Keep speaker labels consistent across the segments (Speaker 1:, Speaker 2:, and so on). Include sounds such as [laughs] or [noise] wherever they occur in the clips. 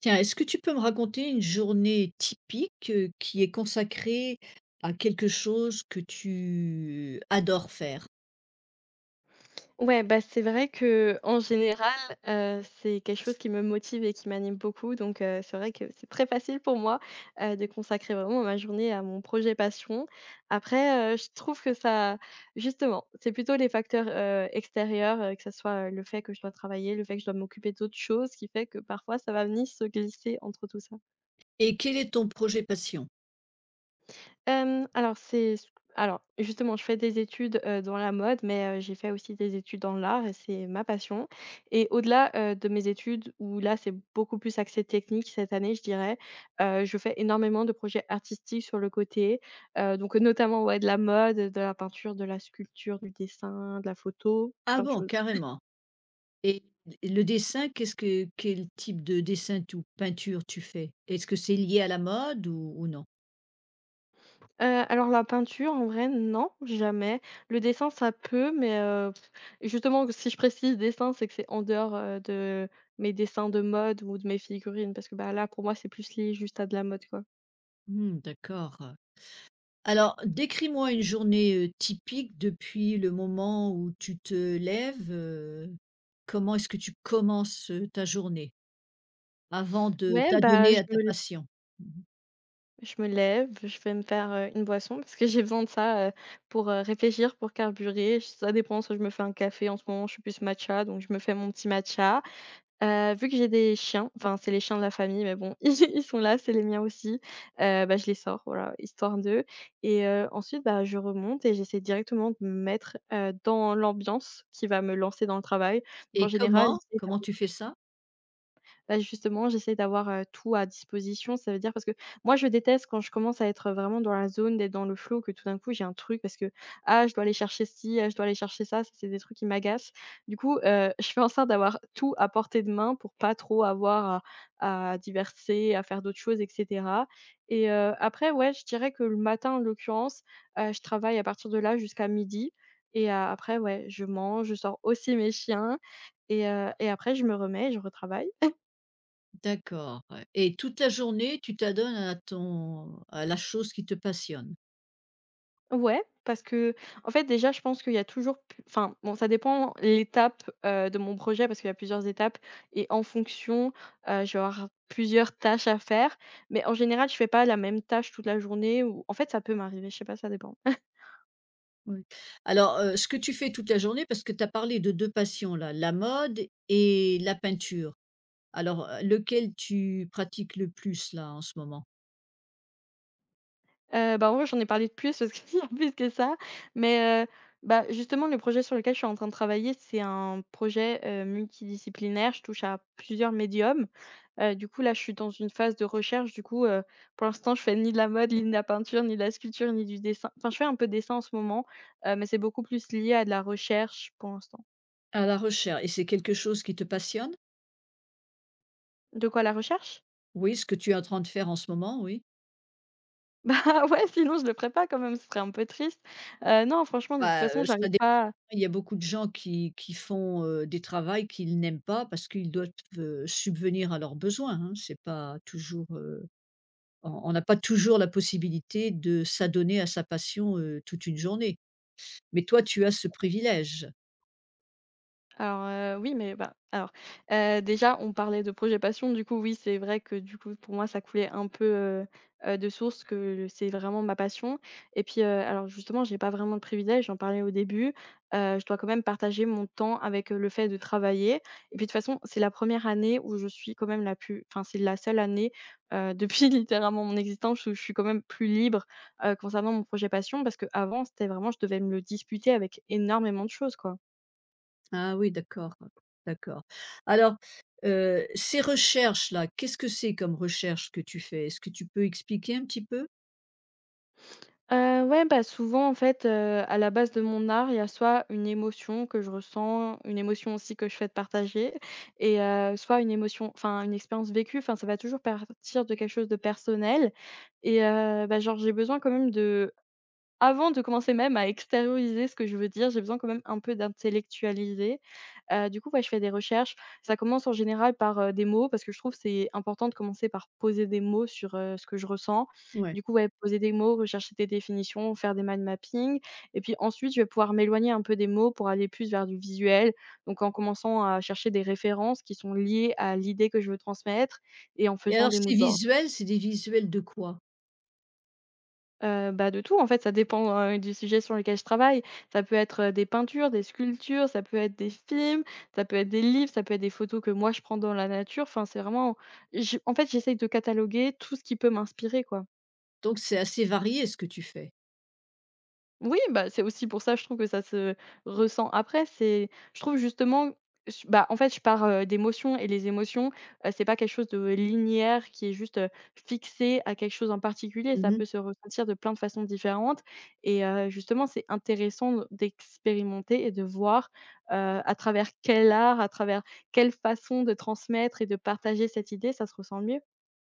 Speaker 1: Tiens, est-ce que tu peux me raconter une journée typique, qui est consacrée à quelque chose que tu adores faire?
Speaker 2: Ouais, bah, c'est vrai que en général, c'est quelque chose qui me motive et qui m'anime beaucoup donc c'est vrai que c'est très facile pour moi, de consacrer vraiment ma journée à mon projet passion. Après, je trouve que ça justement, c'est plutôt les facteurs, extérieurs, que ce soit, le fait que je dois travailler, le fait que je dois m'occuper d'autres choses qui fait que parfois ça va venir se glisser entre tout ça.
Speaker 1: Et quel est ton projet passion?
Speaker 2: Alors c'est ce Alors justement, je fais des études, dans la mode, mais j'ai fait aussi des études dans l'art et c'est ma passion et au-delà, de mes études où là, c'est beaucoup plus axé technique cette année, je dirais, je fais énormément de projets artistiques sur le côté, donc notamment, ouais, de la mode, de la peinture, de la sculpture, du dessin, de la photo,
Speaker 1: Ah
Speaker 2: plein de
Speaker 1: bon,
Speaker 2: choses.
Speaker 1: carrément? Et le dessin, qu'est-ce que quel type de dessin ou peinture tu fais? Est-ce que c'est lié à la mode ou non?
Speaker 2: Alors la peinture, en vrai, non, jamais. Le dessin, ça peut, mais justement, si je précise dessin, c'est que c'est en dehors, de mes dessins de mode ou de mes figurines parce que, bah, là, pour moi, c'est plus lié juste à de la mode, quoi.
Speaker 1: Mmh, d'accord. Alors, décris-moi une journée, typique depuis le moment où tu te lèves, comment est-ce que tu commences, ta journée? Avant de
Speaker 2: Ouais, bah,
Speaker 1: t'adonner
Speaker 2: je
Speaker 1: à ta
Speaker 2: me
Speaker 1: passion. Mmh.
Speaker 2: je me lève, je vais me faire, une boisson parce que j'ai besoin de ça, pour, réfléchir, pour carburer. Ça dépend, soit je me fais un café en ce moment, je suis plus matcha, donc je me fais mon petit matcha. Vu que j'ai des chiens, enfin c'est les chiens de la famille, mais bon, [laughs] ils sont là, c'est les miens aussi. Bah, je les sors, voilà, histoire d'eux et ensuite, bah, je remonte et j'essaie directement de me mettre, dans l'ambiance qui va me lancer dans le travail. Donc en
Speaker 1: Et
Speaker 2: général,
Speaker 1: comment? Comment tu fais ça?
Speaker 2: bah, justement, j'essaie d'avoir, tout à disposition. Ça veut dire parce que moi, je déteste quand je commence à être vraiment dans la zone, d'être dans le flow, que tout d'un coup, j'ai un truc parce que: «Ah, je dois aller chercher ci, ah, je dois aller chercher ça». Ça, c'est des trucs qui m'agacent. Du coup, je fais en sorte d'avoir tout à portée de main pour pas trop avoir à diverser, à faire d'autres choses et cetera et après, ouais, je dirais que le matin, en l'occurrence, je travaille à partir de là jusqu'à midi. Et a après, ouais, je mange, je sors aussi mes chiens et après je me remets je retravaille.
Speaker 1: D'accord, ouais, et toute la journée, tu t'adonnes à ton à la chose qui te passionne?
Speaker 2: Ouais, parce que en fait, déjà, je pense qu'il y a toujours pu enfin, bon, ça dépend l'étape, de mon projet parce qu'il y a plusieurs étapes et en fonction, je vais avoir plusieurs tâches à faire. Mais en général, je fais pas la même tâche toute la journée ou en fait, ça peut m'arriver, je sais pas, ça dépend.
Speaker 1: Oui. Alors, ce que tu fais toute la journée parce que tu as parlé de 2 passions là, la mode et la peinture. Alors, lequel tu pratiques le plus là, en ce moment?
Speaker 2: Bah, en vrai, j'en ai parlé de plus parce qu'il y a [laughs] plus que ça, mais bah, justement, le projet sur lequel je suis en train de travailler, c'est un projet, multidisciplinaire. Je touche à plusieurs médiums. Du coup, là, je suis dans une phase de recherche. Du coup, pour l'instant, je fais ni de la mode, ni de la peinture, ni de la sculpture, ni du dessin. Enfin, je fais un peu de dessin en ce moment, mais c'est beaucoup plus lié à de la recherche pour l'instant.
Speaker 1: À la recherche, et c'est quelque chose qui te passionne?
Speaker 2: De quoi la recherche? [laughs]
Speaker 1: Oui, ce que tu es en train de faire en ce moment, oui?
Speaker 2: Bah, ouais, sinon je le ferais pas quand même, ce serait un peu triste. Non, franchement, de toute
Speaker 1: Bah,
Speaker 2: façon,
Speaker 1: ça
Speaker 2: j'arrive
Speaker 1: dépend,
Speaker 2: pas.
Speaker 1: il y a beaucoup de gens qui font, des travaux qu'ils n'aiment pas parce qu'ils doivent, subvenir à leurs besoins, hein. C'est pas toujours, on n'a pas toujours la possibilité de s'adonner à sa passion, toute une journée. Mais toi, tu as ce privilège.
Speaker 2: Alors, oui, mais bah, alors, déjà, on parlait de projet passion, du coup, oui, c'est vrai que, du coup, pour moi, ça coulait un peu, de source que c'est vraiment ma passion et puis, alors justement, j'ai pas vraiment de privilège, j'en parlais au début, je dois quand même partager mon temps avec, le fait de travailler et puis, de toute façon, c'est la première année où je suis quand même la plus enfin, c'est la seule année, [laughs] depuis littéralement mon existence où je suis quand même plus libre, concernant mon projet passion parce que avant c'était vraiment je devais me le disputer avec énormément de choses, quoi.
Speaker 1: Ah oui, d'accord, d'accord. Alors, ces recherches-là, qu'est-ce que c'est comme recherche que tu fais? Est-ce que tu peux expliquer un petit peu?
Speaker 2: Ouais, bah, souvent, en fait, à la base de mon art, il y a soit une émotion que je ressens, une émotion aussi que je souhaite partager et soit une émotion enfin, une expérience vécue, enfin, ça va toujours partir de quelque chose de personnel et bah, genre, j'ai besoin quand même de avant de commencer même à extérioriser ce que je veux dire, j'ai besoin quand même un peu d'intellectualiser. Du coup, ouais, je fais des recherches. Ça commence en général par, des mots, parce que je trouve que c'est important de commencer par poser des mots sur, ce que je ressens.
Speaker 1: Ouais,
Speaker 2: Du coup, ouais, poser des mots, rechercher des définitions, faire des mind mapping et puis ensuite, je vais pouvoir m'éloigner un peu des mots pour aller plus vers du visuel. Donc en commençant à chercher des références qui sont liées à l'idée que je veux transmettre et en
Speaker 1: et
Speaker 2: faisant
Speaker 1: alors
Speaker 2: des
Speaker 1: ces
Speaker 2: mood boards.
Speaker 1: visuels, c'est des visuels de quoi?
Speaker 2: Bah, de tout en fait, ça dépend, du sujet sur lequel je travaille. Ça peut être, des peintures, des sculptures, ça peut être des films, ça peut être des livres, ça peut être des photos que moi je prends dans la nature. Enfin, c'est vraiment je en fait, j'essaye de cataloguer tout ce qui peut m'inspirer, quoi.
Speaker 1: Donc c'est assez varié ce que tu fais.
Speaker 2: Oui, bah, c'est aussi pour ça, je trouve que ça se ressent après. C'est je trouve justement j bah, en fait, je pars, d'émotions et les émotions, c'est pas quelque chose de linéaire qui est juste, fixé à quelque chose en particulier. Ça
Speaker 1: Mmh.
Speaker 2: peut se ressentir de plein de façons différentes et justement, c'est intéressant d'expérimenter et de voir, heu, à travers quel art, à travers quelle façon de transmettre et de partager cette idée, ça se ressent le mieux.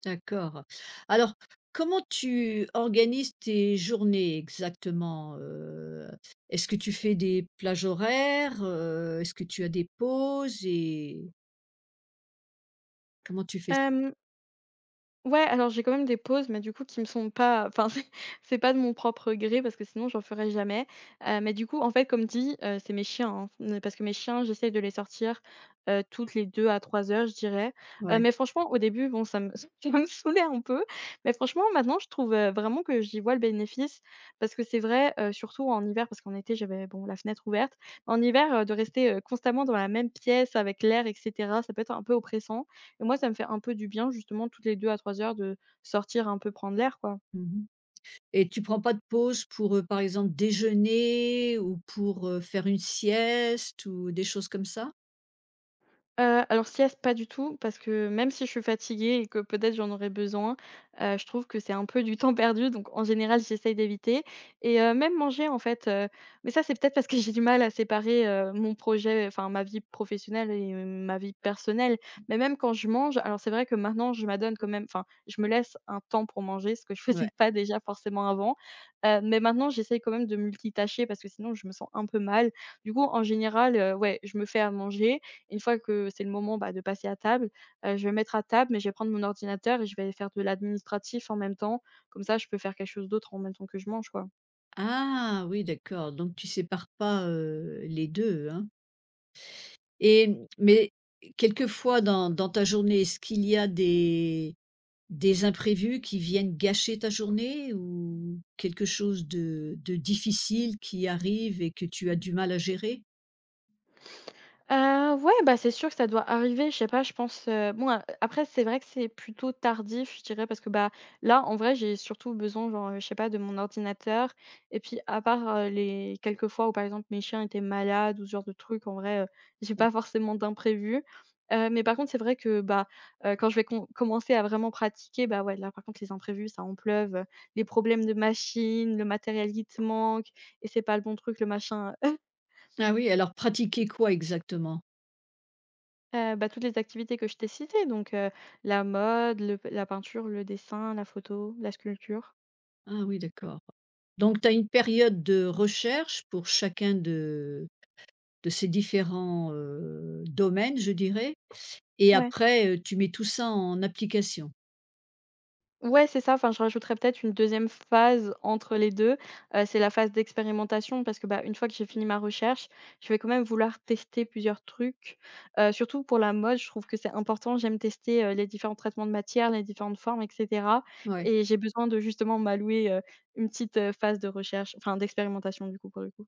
Speaker 1: D'accord. Alors, comment tu organises tes journées exactement? Est-ce que tu fais des plages horaires? Est-ce que tu as des pauses et comment tu fais ça?
Speaker 2: Hem Ouais, alors j'ai quand même des pauses, mais du coup qui me sont pas enfin [laughs] c'est pas de mon propre gré parce que sinon j'en ferais jamais. Mais du coup, en fait, comme dit, c'est mes chiens, hein, parce que mes chiens, j'essaie de les sortir, toutes les 2 à 3 heures, je dirais.
Speaker 1: Ouais.
Speaker 2: Mais franchement, au début, bon, ça me [laughs] ça me saoulait un peu, mais franchement, maintenant, je trouve, vraiment que j'y vois le bénéfice parce que c'est vrai, surtout en hiver, parce qu'en été, j'avais, bon, la fenêtre ouverte. En hiver, de rester, constamment dans la même pièce avec l'air et cetera, ça peut être un peu oppressant et moi, ça me fait un peu du bien justement toutes les 2 à 3 heures de sortir un peu prendre l'air, quoi.
Speaker 1: Mmh. Et tu prends pas de pause pour, par exemple, déjeuner ou pour, faire une sieste ou des choses comme ça?
Speaker 2: Alors sieste, pas du tout, parce que même si je suis fatiguée et que peut-être j'en aurais besoin, je trouve que c'est un peu du temps perdu, donc en général, j'essaye d'éviter et même manger en fait, mais ça, c'est peut-être parce que [laughs] j'ai du mal à séparer, mon projet, enfin ma vie professionnelle et ma vie personnelle. Mais même quand je mange, alors c'est vrai que maintenant je m'adonne quand même, enfin, je me laisse un temps pour manger, ce que je [laughs]
Speaker 1: Ouais.
Speaker 2: faisais pas déjà forcément avant. Mais maintenant j'essaye quand même de multitâcher parce que sinon je me sens un peu mal. Du coup, en général, ouais, je me fais à manger une fois que c'est le moment, bah, de passer à table, je vais me mettre à table, mais je vais prendre mon ordinateur et je vais faire de l'administratif en même temps. Comme ça, je peux faire quelque chose d'autre en même temps que je mange, quoi.
Speaker 1: Ah oui, d'accord, donc tu sépares pas, les deux, hein? Et, mmh, mais quelquefois dans ta journée, est-ce qu'il y a des imprévus qui viennent gâcher ta journée ou quelque chose de difficile qui arrive et que tu as du mal à gérer?
Speaker 2: Ouais, bah, c'est sûr que ça doit arriver. Je sais pas, je pense, bon, a après, c'est vrai que c'est plutôt tardif, je dirais, parce que, bah, là, en vrai, j'ai surtout besoin, genre, je sais pas, de mon ordinateur et puis à part, les quelques fois où, par exemple, mes chiens étaient malades ou ce genre de truc, en vrai, j'ai pas forcément d'imprévu. Mais par contre, c'est vrai que, bah, quand je vais commencer à vraiment pratiquer, bah, ouais, là, par contre, les imprévus, ça en pleuve, les problèmes de machine, le matériel qui te manque et c'est pas le bon truc, le machin.
Speaker 1: Ah oui, alors pratiquer quoi exactement?
Speaker 2: Bah, toutes les activités que je t'ai citées, donc la mode, le la peinture, le dessin, la photo, la sculpture.
Speaker 1: Ah oui, d'accord. Donc tu as une période de recherche pour chacun de ces différents, domaines, je dirais? Et
Speaker 2: Ouais.
Speaker 1: après, tu mets tout ça en application.
Speaker 2: Ouais, c'est ça, enfin, je rajouterais peut-être une deuxième phase entre les deux, c'est la phase d'expérimentation parce que, bah, une fois que j'ai fini ma recherche, je vais quand même vouloir tester plusieurs trucs, surtout pour la mode, je trouve que c'est important. J'aime tester, les différents traitements de matière, les différentes formes et cetera,
Speaker 1: Ouais.
Speaker 2: et j'ai besoin de justement m'allouer, une petite, phase de recherche, enfin d'expérimentation du coup, pour le coup.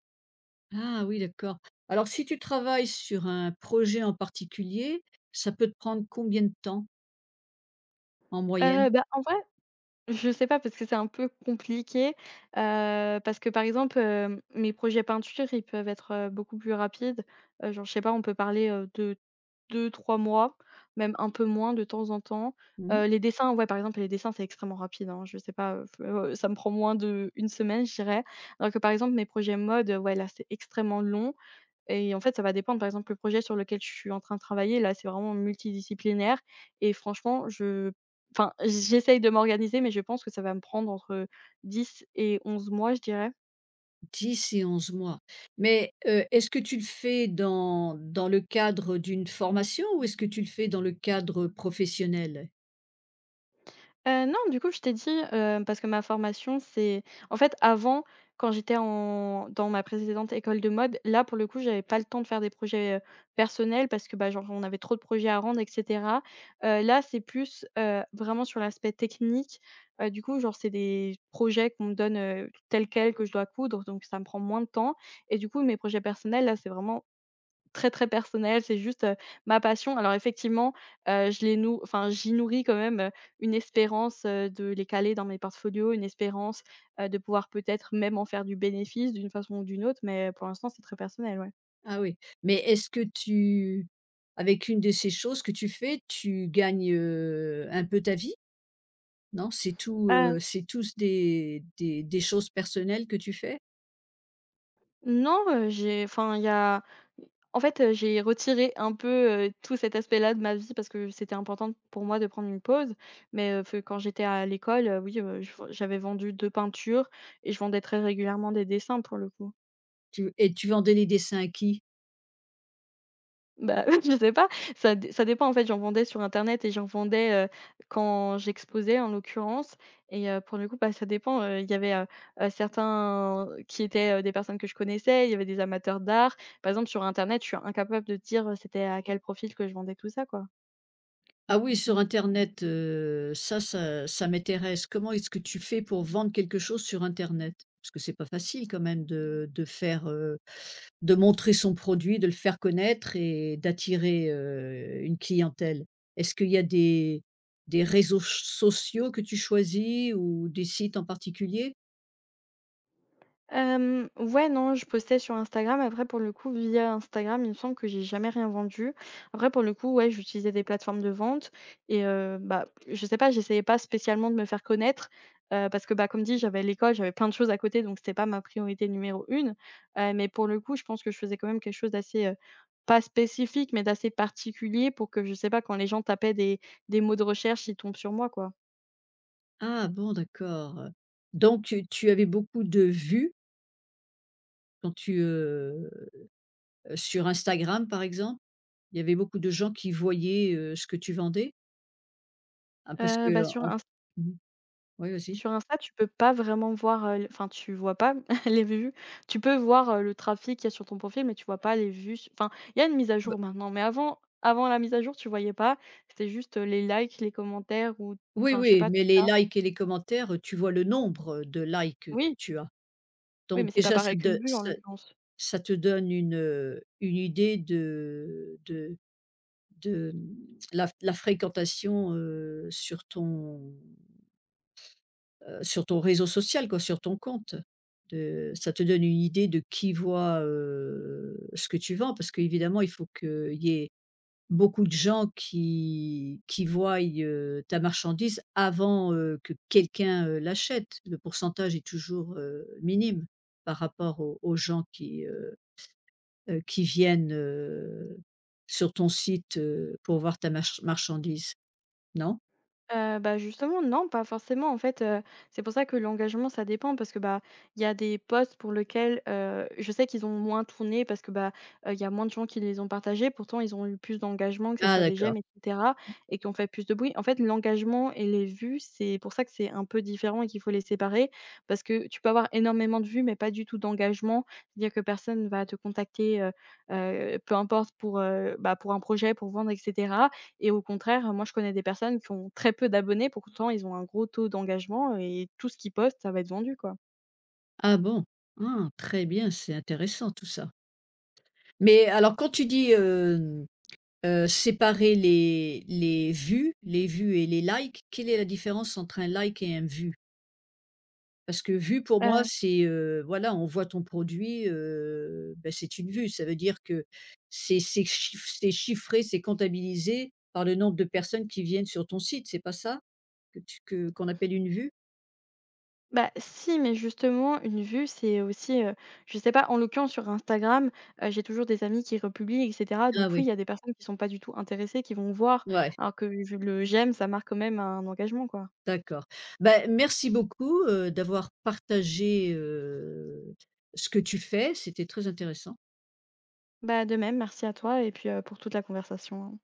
Speaker 1: Ah oui, d'accord. Alors si tu travailles sur un projet en particulier, ça peut te prendre combien de temps en moyenne?
Speaker 2: En vrai, je sais pas parce que c'est un peu compliqué, parce que, par exemple, mes projets peinture, ils peuvent être, beaucoup plus rapides. Genre, je sais pas, on peut parler, de 2 3 mois, même un peu moins de temps en temps.
Speaker 1: Mmh mh.
Speaker 2: Les dessins, ouais, par exemple, les dessins, c'est extrêmement rapide, hein. Je sais pas, f ça me prend moins de une semaine, je dirais. Alors que, par exemple, mes projets mode, ouais, là, c'est extrêmement long. Et en fait, ça va dépendre. Par exemple, le projet sur lequel je suis en train de travailler, là, c'est vraiment multidisciplinaire, et franchement, je enfin, j'essaye de m'organiser, mais je pense que ça va me prendre entre 10 et 11 mois, je dirais.
Speaker 1: Et 11 mois. Mais, est-ce que tu le fais dans le cadre d'une formation ou est-ce que tu le fais dans le cadre professionnel?
Speaker 2: Non, du coup, je t'ai dit, parce que ma formation, c'est en fait, avant, quand j'étais en dans ma précédente école de mode, là, pour le coup, j'avais pas le temps de faire des projets, personnels parce que, bah, genre, on avait trop de projets à rendre et cetera. Là, c'est plus, vraiment sur l'aspect technique. Du coup, genre, c'est des projets qu'on me donne, tels quels, que je dois coudre, donc ça me prend moins de temps, et du coup, mes projets personnels, là, c'est vraiment très, très personnel, c'est juste, ma passion. Alors effectivement, je les nou enfin, j'y nourris quand même, une espérance, de les caler dans mes portfolios, une espérance, de pouvoir peut-être même en faire du bénéfice d'une façon ou d'une autre, mais pour l'instant, c'est très personnel, ouais.
Speaker 1: Ah oui. Mais est-ce que tu avec une de ces choses que tu fais, tu gagnes, un peu ta vie? Non, c'est tout,
Speaker 2: Heu,
Speaker 1: c'est tous des choses personnelles que tu fais?
Speaker 2: non, j'ai enfin, il y a en fait, j'ai retiré un peu, tout cet aspect-là de ma vie parce que c'était important pour moi de prendre une pause, mais fe quand j'étais à l'école, oui, je j'avais vendu 2 peintures, et je vendais très régulièrement des dessins pour le coup.
Speaker 1: Tu et tu vendais les dessins à qui?
Speaker 2: Bah, [laughs] je sais pas, ça dépend en fait, j'en vendais sur internet et j'en vendais, quand j'exposais en l'occurrence, et pour le coup, bah, ça dépend, il y avait, certains qui étaient, des personnes que je connaissais, il y avait des amateurs d'art. Par exemple, sur internet, je suis incapable de dire, c'était à quel profil que je vendais tout ça, quoi.
Speaker 1: Ah oui, sur internet, ça m'intéresse. Comment est-ce que tu fais pour vendre quelque chose sur internet? Parce que c'est pas facile quand même de faire, de montrer son produit, de le faire connaître et d'attirer, une clientèle. Est-ce qu'il y a des réseaux ch sociaux que tu choisis ou des sites en particulier?
Speaker 2: Ouais, non, je postais sur Instagram. Après, pour le coup, via Instagram, il me semble que j'ai jamais rien vendu. Après, pour le coup, ouais, j'utilisais des plateformes de vente, et bah, je sais pas, j'essayais pas spécialement de me faire connaître, parce que, bah, comme dit, j'avais l'école, j'avais plein de choses à côté, donc c'était pas ma priorité numéro une. Mais pour le coup, je pense que je faisais quand même quelque chose d'assez, pas spécifique, mais d'assez particulier pour que, je sais pas, quand les gens tapaient des mots de recherche, ils tombent sur moi, quoi.
Speaker 1: Ah bon, d'accord. Donc tu avais beaucoup de vues quand tu, sur Instagram, par exemple? Il y avait beaucoup de gens qui voyaient, ce que tu vendais? Ah parce
Speaker 2: Heu,
Speaker 1: que
Speaker 2: bah, sur
Speaker 1: en
Speaker 2: Instagram
Speaker 1: mmh, oui, vas-y.
Speaker 2: Sur Insta, tu peux pas vraiment voir, l enfin, tu vois pas [laughs] les vues. Tu peux voir, le trafic qu'il y a sur ton profil, mais tu vois pas les vues su enfin, il y a une mise à
Speaker 1: Bah,
Speaker 2: jour maintenant, mais avant la mise à jour, tu voyais pas. C'était juste, les likes, les commentaires ou
Speaker 1: oui,
Speaker 2: enfin, je sais
Speaker 1: oui,
Speaker 2: pas, tout
Speaker 1: mais les
Speaker 2: ça.
Speaker 1: likes et les commentaires, tu vois le nombre de likes que
Speaker 2: Oui,
Speaker 1: tu as.
Speaker 2: oui,
Speaker 1: Donc
Speaker 2: mais c'est pas
Speaker 1: déjà
Speaker 2: pareil qu'une vue, en
Speaker 1: ça
Speaker 2: l'occurrence.
Speaker 1: ça te donne une idée de de, mmh, la fréquentation, sur ton réseau social quoi, sur ton compte. De ça te donne une idée de qui voit, ce que tu vends parce qu'évidemment il faut qu'il y ait beaucoup de gens qui voient, ta marchandise avant, que quelqu'un, l'achète. Le pourcentage est toujours, minime par rapport aux gens qui viennent, sur ton site, pour voir ta marchandise, non?
Speaker 2: Justement non, pas forcément en fait, c'est pour ça que l'engagement ça dépend parce que, bah, il y a des postes pour lequel, je sais qu'ils ont moins tourné parce que, bah, il y a moins de gens qui les ont partagés. Pourtant ils ont eu plus d'engagement, que ça
Speaker 1: Ah
Speaker 2: soit des
Speaker 1: d'accord.
Speaker 2: j'aime et cetera, et qui ont fait plus de bruit. En fait, l'engagement et les vues, c'est pour ça que c'est un peu différent et qu'il faut les séparer, parce que tu peux avoir énormément de vues, mais pas du tout d'engagement. C'est-à-dire que personne va te contacter, peu importe pour, bah, pour un projet, pour vendre etc, et au contraire, moi, je connais des personnes qui ont très peu d'abonnés, pourtant ils ont un gros taux d'engagement et tout ce qu'ils postent, ça va être vendu, quoi.
Speaker 1: Ah bon? Ah, très bien, c'est intéressant tout ça. Mais alors quand tu dis, séparer les vues et les likes, quelle est la différence entre un like et un vu? Parce que vue pour moi,
Speaker 2: Heu,
Speaker 1: c'est, voilà, on voit ton produit, bah, c'est une vue. Ça veut dire que c'est chiffré, c'est comptabilisé par le nombre de personnes qui viennent sur ton site, c'est pas ça que qu'on appelle une vue?
Speaker 2: Bah, si, mais justement, une vue, c'est aussi, je sais pas, en l'occurrence sur Instagram, j'ai toujours des amis qui republient et cetera.
Speaker 1: Ah
Speaker 2: Donc oui,
Speaker 1: oui,
Speaker 2: il y a des personnes qui sont pas du tout intéressées, qui vont voir,
Speaker 1: ouais,
Speaker 2: alors que le j'aime, ça marque quand même un engagement, quoi.
Speaker 1: d'accord. Ben merci beaucoup, d'avoir partagé, ce que tu fais, c'était très intéressant.
Speaker 2: Bah, de même, merci à toi et puis, pour toute la conversation, hein.